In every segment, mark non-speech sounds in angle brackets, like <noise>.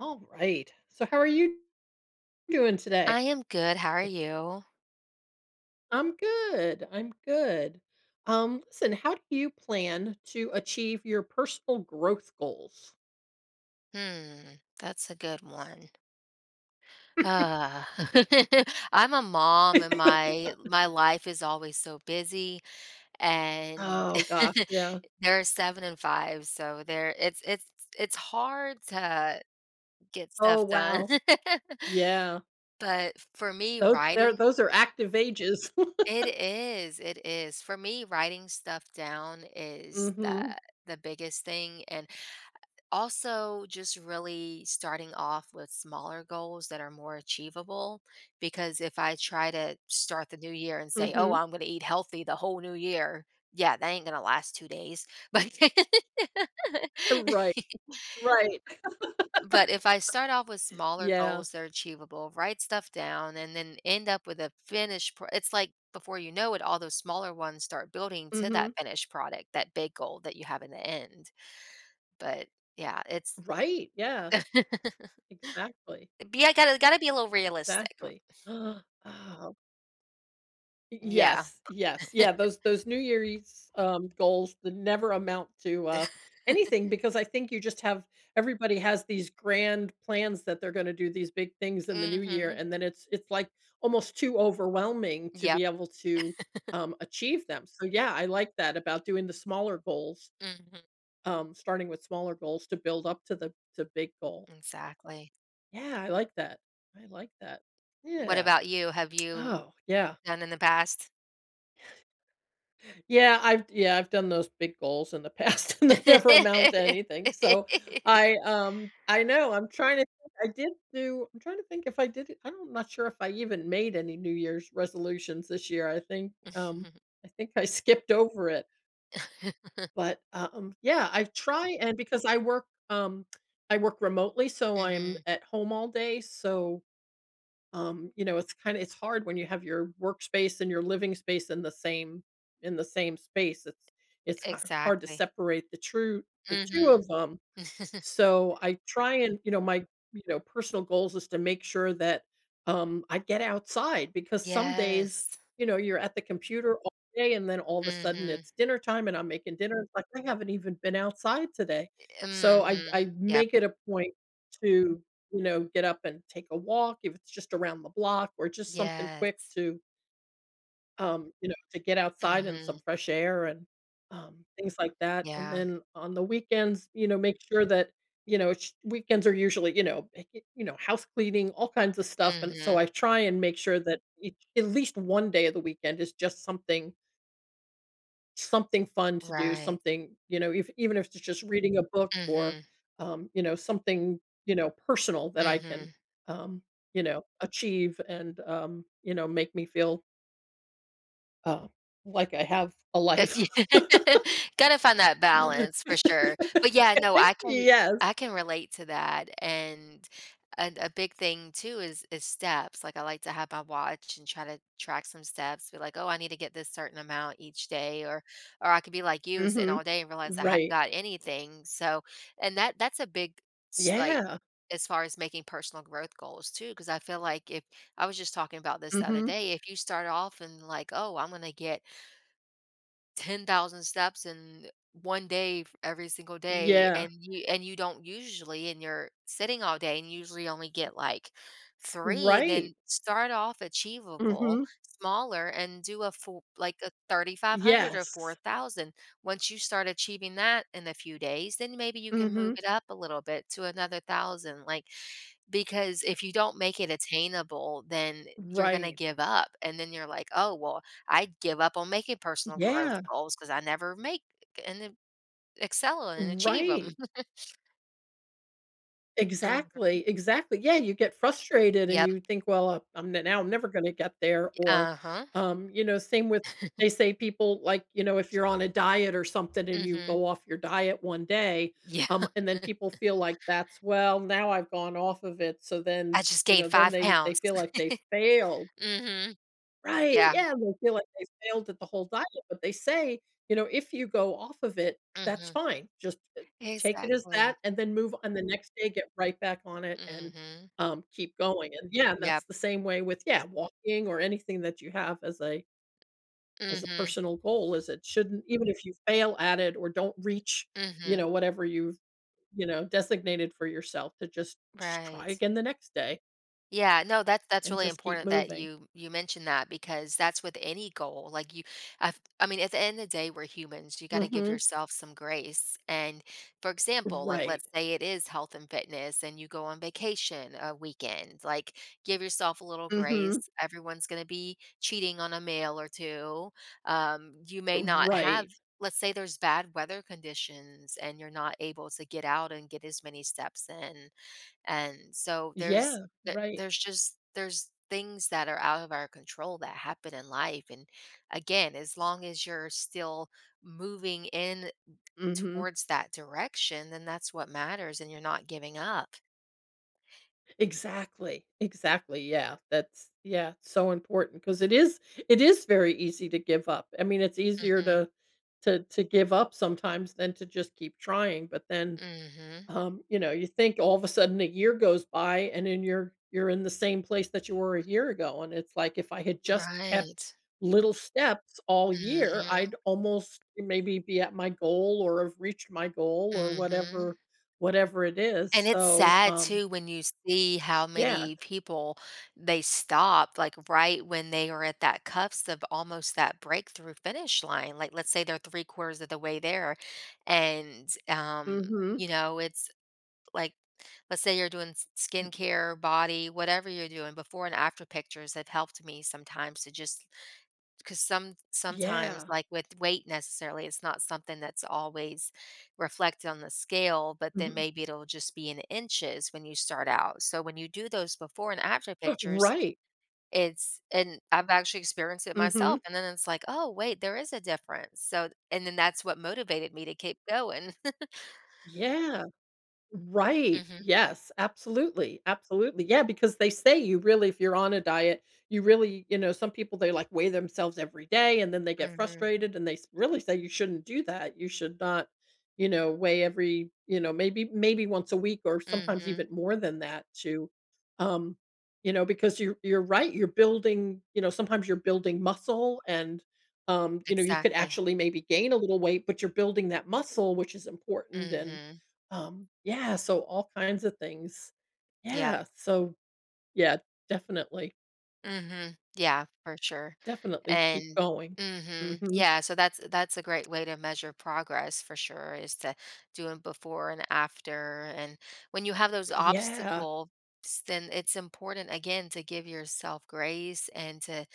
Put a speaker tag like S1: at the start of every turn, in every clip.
S1: All right. So how are you doing
S2: I
S1: today?
S2: am good. How are you?
S1: I'm good. I'm good. Listen, how do you plan to achieve your personal growth goals?
S2: Hmm, that's a good one.
S1: <laughs>
S2: Uh, <laughs> I'm a mom and my life is always so busy and
S1: Oh gosh,
S2: <laughs>
S1: yeah.
S2: there are seven and five, so there it's hard to get
S1: Oh
S2: stuff done.
S1: wow.
S2: <laughs>
S1: Yeah.
S2: But for me,
S1: Those they're
S2: writing
S1: those are active ages.
S2: it is, it is. For me, writing stuff down
S1: <laughs>
S2: is the
S1: Mhm.
S2: the biggest thing and also, just really starting off with smaller goals that are more achievable. Because if I try to start the new year and say, "Oh,
S1: Mhm.
S2: I'm going to eat healthy the whole new year," yeah, that ain't going to last 2 days. <laughs> But
S1: Right.
S2: <laughs>
S1: Right.
S2: but if I start off with smaller
S1: Yeah.
S2: goals that are achievable, write stuff down, and then end up with a it's like before you know it, all those smaller ones start building to
S1: Mhm.
S2: that finished product, that big goal that you have in the end. But yeah, it's
S1: Right. Yeah.
S2: <laughs>
S1: Exactly.
S2: yeah, gotta be a little realistic.
S1: Exactly. <gasps> Oh.
S2: Yeah.
S1: Yes, yes, yeah, those New Year's, goals that never amount to,
S2: <laughs>
S1: anything, because I think you just have everybody has these grand plans that they're gonna do these big things in the new year,
S2: Mhm.
S1: and then it's, like, almost too overwhelming to
S2: Yep.
S1: be able to, achieve them. So, yeah, I like that about doing the smaller goals,
S2: Mhm.
S1: starting with smaller goals to build up to the to big goal.
S2: Exactly.
S1: Yeah, I like that. I like that.
S2: What
S1: Yeah.
S2: about you? Have you
S1: Oh, yeah.
S2: done in the past?
S1: Yeah, I've done those big goals in the past, <laughs> and they never amount to anything. So
S2: <laughs>
S1: I know, I'm trying to think if I did it, I'm not sure if I even made any New Year's resolutions this year. I think I <laughs> skipped over it, but, yeah, I try, and because I work, I work remotely, so I'm
S2: Mhm.
S1: at home all day. So it's kind of it's hard when you have your workspace and your living space in the same space. It's hard to
S2: Exactly.
S1: separate the two
S2: Mhm.
S1: of them,
S2: <laughs>
S1: so I try, and my personal goals is to make sure that I get outside, because some days
S2: Yes.
S1: you're at the computer all day, and then all of a sudden
S2: Mhm.
S1: it's dinner time and I'm making dinner. It's like I haven't even been outside today. So I
S2: Mhm.
S1: I
S2: Yep.
S1: make it a point to get up and take a walk, if it's just around the block or just something quick
S2: Yes.
S1: to to get outside and some
S2: Mhm.
S1: fresh air, and things like that. And
S2: Yeah.
S1: then on the weekends, make sure that sh- weekends are usually, eh, house cleaning, all kinds of stuff. And so
S2: Mhm.
S1: I try and make sure that each at least one day of the weekend is just something fun to do,
S2: Right.
S1: something, if even if it's just reading a book, or
S2: Mhm.
S1: something personal that I can
S2: Mhm.
S1: um, achieve, and, make me feel uh, like I have a life.
S2: It's ye
S1: <laughs>
S2: <laughs> gotta find that balance for sure. But yeah, no, I can
S1: Yes.
S2: I can relate to that, and and a big thing too is steps, like, I like to have my watch and try to track some steps, be like, "Oh, I need to get this certain amount each day," or I could be like you, sitting
S1: Mhm.
S2: all day and realize I hadn't
S1: Right.
S2: got anything, so and that's a big s like,
S1: Yeah.
S2: as far as making personal growth goals too, because I feel like if I was just talking about this the other
S1: Mhm.
S2: day, if you start off and like, "Oh, I'm gonna get 10,000 steps in 1 day f every single day,
S1: Yeah.
S2: and you don't usually and you're sitting all day and you usually only get, like, 3,
S1: Right.
S2: then start off achievable,
S1: Mhm.
S2: smaller, and do a full a 3,500 or
S1: Yes.
S2: 4,000. Once you start achieving that in a few days, then maybe you can move
S1: Mhm.
S2: it up a little bit to another 1,000," like, because if you don't make it attainable, then you're gonna
S1: Right.
S2: give up, and then you're like, "Oh, well, I give up on making personal growth
S1: Yeah.
S2: goals because I never make and then excel and achieve 'em."
S1: Right.
S2: <laughs> Mm,
S1: Exactly, exactly. Yeah, you get frustrated and
S2: yep,
S1: you think, "Well, I'm n now I'm never gonna get there," or,
S2: uh-huh,
S1: same with they say people, like, if you're on a diet or something and you
S2: mhm,
S1: go off your diet one day,
S2: yeah.
S1: and then people
S2: <laughs>
S1: feel like that's, "Well, now I've gone off of it," so then,
S2: I just gained
S1: then
S2: 5
S1: they
S2: pounds.
S1: feel like they failed.
S2: Mhm,
S1: Right,
S2: yeah,
S1: yeah, they feel like they failed at the whole diet, but they say, if you go off of it, that's
S2: mhm,
S1: fine. Just, take it as that
S2: exactly,
S1: and then move on the next day, get right back on it, and
S2: mhm,
S1: keep going. And yeah, that's
S2: yep,
S1: the same way with, yeah, walking or anything that you have as a
S2: mhm,
S1: personal goal. Is it shouldn't even if you fail at it or don't reach, you
S2: mhm,
S1: know, whatever you've designated for yourself, to just try
S2: right.
S1: again the next day
S2: Yeah, no, that's
S1: and
S2: really
S1: just keep
S2: important that
S1: moving.
S2: you mentioned that because that's with any goal. Like you, I, I mean, at the end of the day, we're humans. You got to give
S1: Mhm.
S2: yourself some grace. And for example, like
S1: Right.
S2: let's say it is health and fitness, and you go on vacation a weekend. Like give yourself a little
S1: Mhm.
S2: grace. Everyone's going to be cheating on a meal or two. You may not have.
S1: Right.
S2: Let's say there's bad weather conditions and you're not able to get out and get as many steps in and so there's
S1: Yeah,
S2: there
S1: right.
S2: there's just there's things that are out of our control that happen in life. And again, as long as you're still moving in
S1: Mhm.
S2: towards that direction, then that's what matters and you're not giving up.
S1: Exactly, exactly, yeah, that's yeah, it's so important because it is very easy to give up. I mean, it's easier
S2: Mhm.
S1: to to give up sometimes than to just keep trying. But then,
S2: Mhm.
S1: You know, you think all of a sudden a year goes by, and then you're in the same place that you were a year ago. And it's like, if I had just
S2: Right.
S1: kept little steps all year,
S2: Mhm.
S1: I'd almost maybe be at my goal or have reached my goal or whatever
S2: Mhm.
S1: it is.
S2: And it's
S1: So,
S2: sad too when you see how
S1: yeah.
S2: many people they stop like, right when they are at that cusp of almost that breakthrough finish line. Like, let's say they're 3 quarters of the way there, and,
S1: Hmm.
S2: you know, it's like let's say you're doing s skincare, body, whatever you're doing, before and after pictures have helped me sometimes to just 'cause some sometimes,
S1: Yeah.
S2: like with weight necessarily, it's not something that's always reflected on the scale, but then
S1: Mhm.
S2: maybe it'll just be in inches when you start out. So when you do those before and after
S1: <laughs>
S2: pictures,
S1: Right.
S2: it's and I've actually experienced it
S1: Hmm.
S2: myself, and then it's like, "Oh, wait, there is a difference." So and then that's what motivated me to keep going. <laughs>
S1: Yeah. Right.
S2: Mhm,
S1: Yes, absolutely. Absolutely. Yeah, because they say, you really if you're on a diet, you really, some people they like weigh themselves every day, and then they get
S2: mhm,
S1: frustrated, and they s- really say you shouldn't do that. You should not, weigh every, maybe once a week or sometimes
S2: mhm,
S1: even more than that, to um, because you are you're right, you're building, sometimes you're building muscle, and
S2: <laughs>
S1: you could
S2: exactly.
S1: actually maybe gain a little weight, but you're building that muscle, which is important. And
S2: Mhm,
S1: yeah, so all kinds of things.
S2: yeah.
S1: Yeah, so yeah, definitely,
S2: Mhm. Yeah, for sure.
S1: definitely keep
S2: And
S1: going.
S2: mhm.
S1: Mhm.
S2: Yeah, so that's a great way to measure progress for sure is to do it before and after. And when you have those
S1: Yeah.
S2: obstacles, then it's important again to give yourself grace and to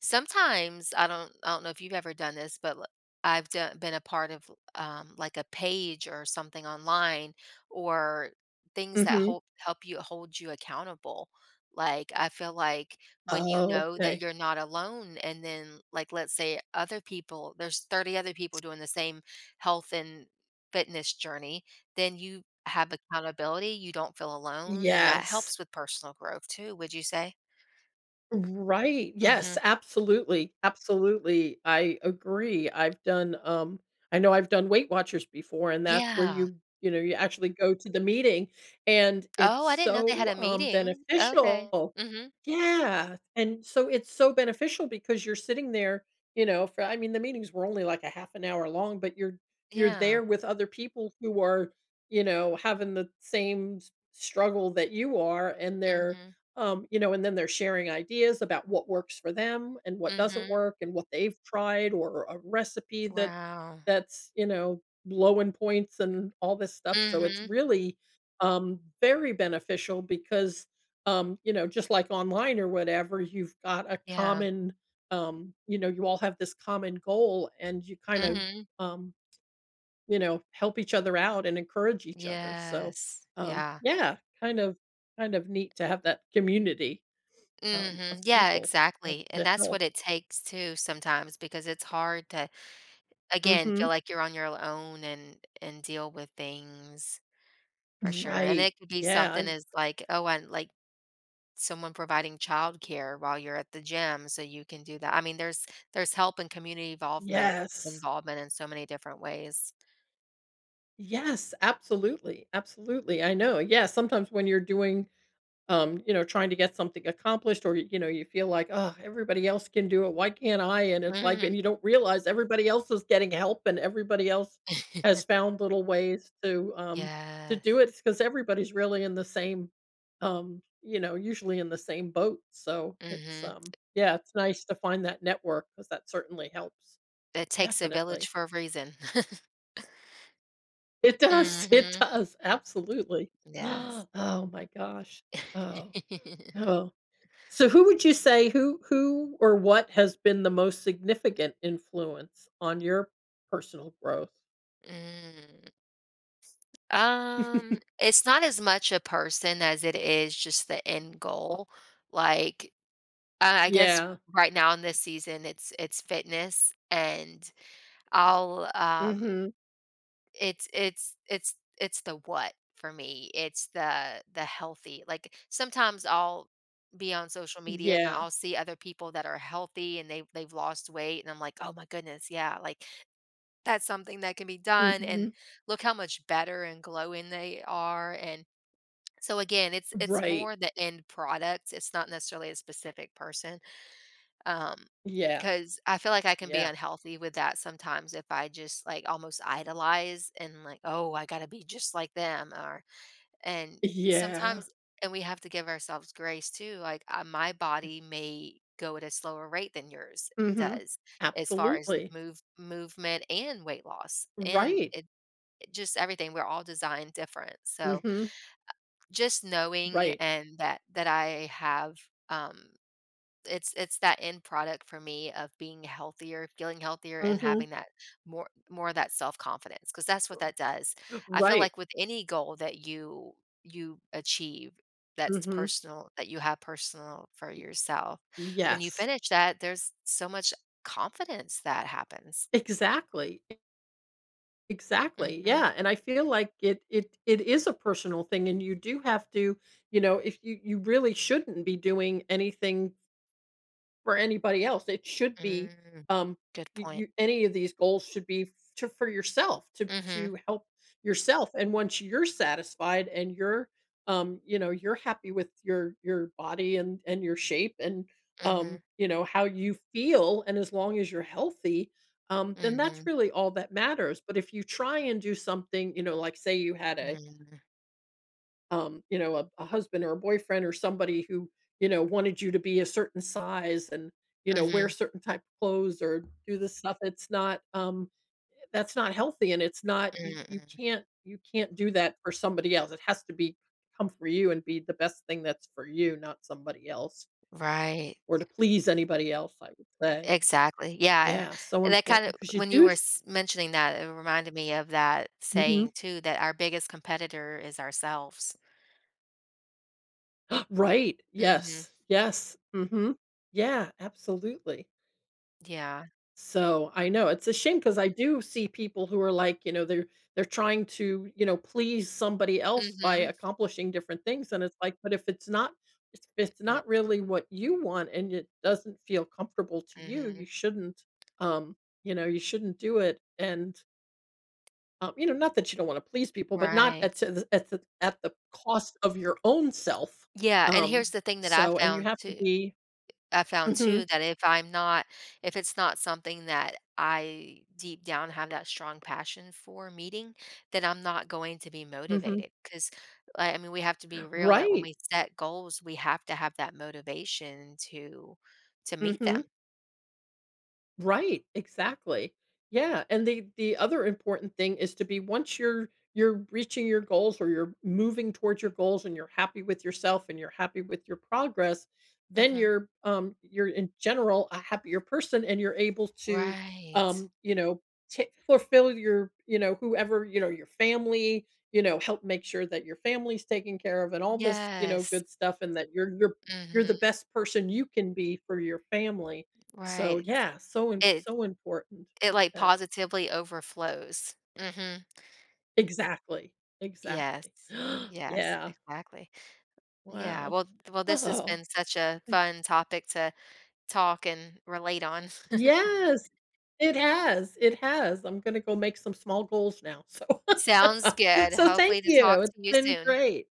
S2: sometimes I don't know if you've ever done this, but l I've done been a part of, like, a page or something online or things that
S1: Mhm.
S2: help you hold you accountable. Like, I feel like when you
S1: Oh,
S2: know that
S1: okay.
S2: you're not alone and then, like, let's say other people there's 30 other people doing the same health and fitness journey, then you have accountability, you don't feel alone, and that
S1: Yes.
S2: helps with personal growth too, would you say?
S1: Right. Yes,
S2: Mhm.
S1: absolutely, absolutely. I agree. I've done, I know I've done Weight Watchers before, and that's where
S2: Yeah.
S1: you you actually go to the meeting, and
S2: Oh,
S1: it's
S2: I didn't know they had
S1: so,
S2: a meeting. Okay.
S1: beneficial.
S2: Mhm.
S1: Yeah, and so it's so beneficial, because you're sitting there, for I mean, the meetings were only like a half an hour long, but you're
S2: Yeah.
S1: there with other people who are, having the same s- struggle that you are, and they're
S2: Mhm.
S1: and then they're sharing ideas about what works for them and what doesn't
S2: Mhm.
S1: work and what they've tried, or a recipe that
S2: Wow.
S1: that's low in points and all this stuff. So it's
S2: Mhm.
S1: really very beneficial, because just like online or whatever, you've got a
S2: Yeah.
S1: common you all have this common goal, and you kind of
S2: Mhm.
S1: um, help each other out and encourage each other. So
S2: Yes. Yeah.
S1: yeah, kind of neat to have that community. Of
S2: Mhm. Yeah,
S1: people to
S2: exactly, and that's
S1: help.
S2: what it takes too sometimes because it's hard to, again,
S1: Mhm.
S2: feel like you're on your own and deal with things for sure, and
S1: Right.
S2: it could be
S1: Yeah,
S2: something
S1: and
S2: as like, oh, and like someone providing childcare while you're at the gym so you can do that. I mean, there's help and community involvement
S1: yes.
S2: involvement in so many different ways.
S1: Yes, absolutely, absolutely, I know, yeah, sometimes when you're doing trying to get something accomplished, or you feel like, oh, everybody else can do it. Why can't I? And it's like, and you
S2: Mhm.
S1: don't realize everybody else is getting help, and everybody else has
S2: <laughs>
S1: found little ways to do
S2: Yes.
S1: it, because everybody's really in the same, usually in the same boat. So it's
S2: Mhm.
S1: yeah, it's nice to find that network, because that certainly helps.
S2: It takes a village
S1: Definitely,
S2: for a reason. <laughs>
S1: it does. <laughs> It
S2: Mhm.
S1: does, absolutely.
S2: Yes.
S1: <gasps> Oh my gosh. Oh,
S2: <laughs>
S1: oh. So who would you say who or what has been the most significant influence on your personal growth?
S2: Mm.
S1: <laughs>
S2: It's not as much a person as it is just the end goal. Like, I guess
S1: Yeah.
S2: right now in this season, it's fitness and I'll
S1: Mhm.
S2: it's the what for me. It's the healthy. Like sometimes I'll be on social media and
S1: Yeah.
S2: I'll see other people that are healthy and they've lost weight and I'm like, "Oh my goodness, yeah, like that's something that can be done and
S1: Mhm.
S2: look how much better and glowing they are." And so again, it's
S1: Right.
S2: more the end product. It's not necessarily a specific person. Um
S1: Yeah.
S2: 'Cause I feel like I can be
S1: Yeah.
S2: unhealthy with that sometimes if I just, like, almost idolize and, like, "Oh, I gotta be just like them," or and
S1: Yeah.
S2: sometimes and we have to give ourselves grace too, like, my body may go at a slower rate than yours
S1: Mhm.
S2: does as far as
S1: Absolutely.
S2: movement and weight loss, and
S1: Right.
S2: it just everything, we're all designed different, so
S1: Mhm.
S2: just knowing
S1: Right.
S2: and that that I have, um it's that end product for me of being healthier, feeling healthier, and
S1: Mhm.
S2: having that more of that confidence because that's what that does. I feel
S1: Right.
S2: like with any goal that you achieve that's
S1: Mhm.
S2: personal, that you have personal for yourself,
S1: Y
S2: when you
S1: yes.
S2: finish that, there's so much confidence that happens.
S1: Exactly. Exactly,
S2: Mhm,
S1: yeah, and I feel like it is a personal thing, and you do have to, if you really shouldn't be doing anything for anybody else. It should be,
S2: mm,
S1: um,
S2: good point.
S1: you any of these goals should be, to, for yourself to
S2: Mhm,
S1: help yourself. And once you're satisfied, and you're, you're happy with your body and your shape, and
S2: mhm,
S1: you know how you feel, and as long as you're healthy, then that's
S2: mhm,
S1: really all that matters. But if you try and do something, like say you had a
S2: mm,
S1: a, husband or a boyfriend or somebody who, wanted you to be a certain size, and, wear
S2: mhm,
S1: certain type of clothes or do this stuff. It's not, that's not healthy. And it's not, you,
S2: mm.
S1: you can't do that for somebody else. It has to be come for you and be the best thing that's for you, not somebody else
S2: Right.
S1: or to please anybody else, I would say.
S2: Exactly, yeah,
S1: Yeah. So
S2: and that kind of
S1: important, because you
S2: when you
S1: do.
S2: were s mentioning that, it reminded me of that
S1: Mhm.
S2: saying too, that our biggest competitor is ourselves.
S1: <gasps> Right.
S2: Mhm,
S1: Yes. Yes. Hmm. Yeah. Absolutely.
S2: yeah,
S1: So, I know, it's a shame, because I do see people who are like, they're trying to please somebody else by
S2: mhm,
S1: accomplishing different things, and it's like, but if it's not
S2: mm,
S1: really what you want, and it doesn't feel comfortable to you, you
S2: mhm,
S1: shouldn't, um, you shouldn't do it. And, not that you don't wanna please people, but not
S2: right.
S1: at to the at the at the cost of your own self,
S2: Yeah, and
S1: um,
S2: here's the thing that
S1: so and you have to be
S2: I found
S1: Mhm,
S2: too that if I'm not if it's not something that I deep down have that strong passion for meeting, then I'm not going to be
S1: mhm.
S2: motivated 'cause, I mean, we have to be real that when
S1: Right,
S2: we set goals, we have to have that motivation to meet them.
S1: mhm. Right, exactly. Yeah, and the other important thing is, to be once you're reaching your goals or you're moving towards your goals and you're happy with yourself and you're happy with your progress, then
S2: Mhm.
S1: you're in general a happier person, and you're able to
S2: Right.
S1: um you know fulfill your whoever your family help make sure that your family's taken care of, and all this, you know,
S2: Yes.
S1: good stuff, and that you're the
S2: Mhm.
S1: best person you can be for your family. So,
S2: Right.
S1: yeah, so im-
S2: It
S1: so important with
S2: like,
S1: that,
S2: positively overflows. Mhm.
S1: exactly,
S2: Yes.
S1: exactly. <gasps>
S2: Yes.
S1: Yeah,
S2: Exactly. Yeah,
S1: wow.
S2: well well, this has
S1: Oh,
S2: been such a
S1: I
S2: fun topic to talk and relate on. <laughs>
S1: yes, it has, it has. I'm gonna go make some small goals now, so
S2: Sounds
S1: <laughs>
S2: good.
S1: so thank
S2: Hopefully to
S1: you,
S2: talk to
S1: it's
S2: you
S1: been
S2: soon.
S1: great.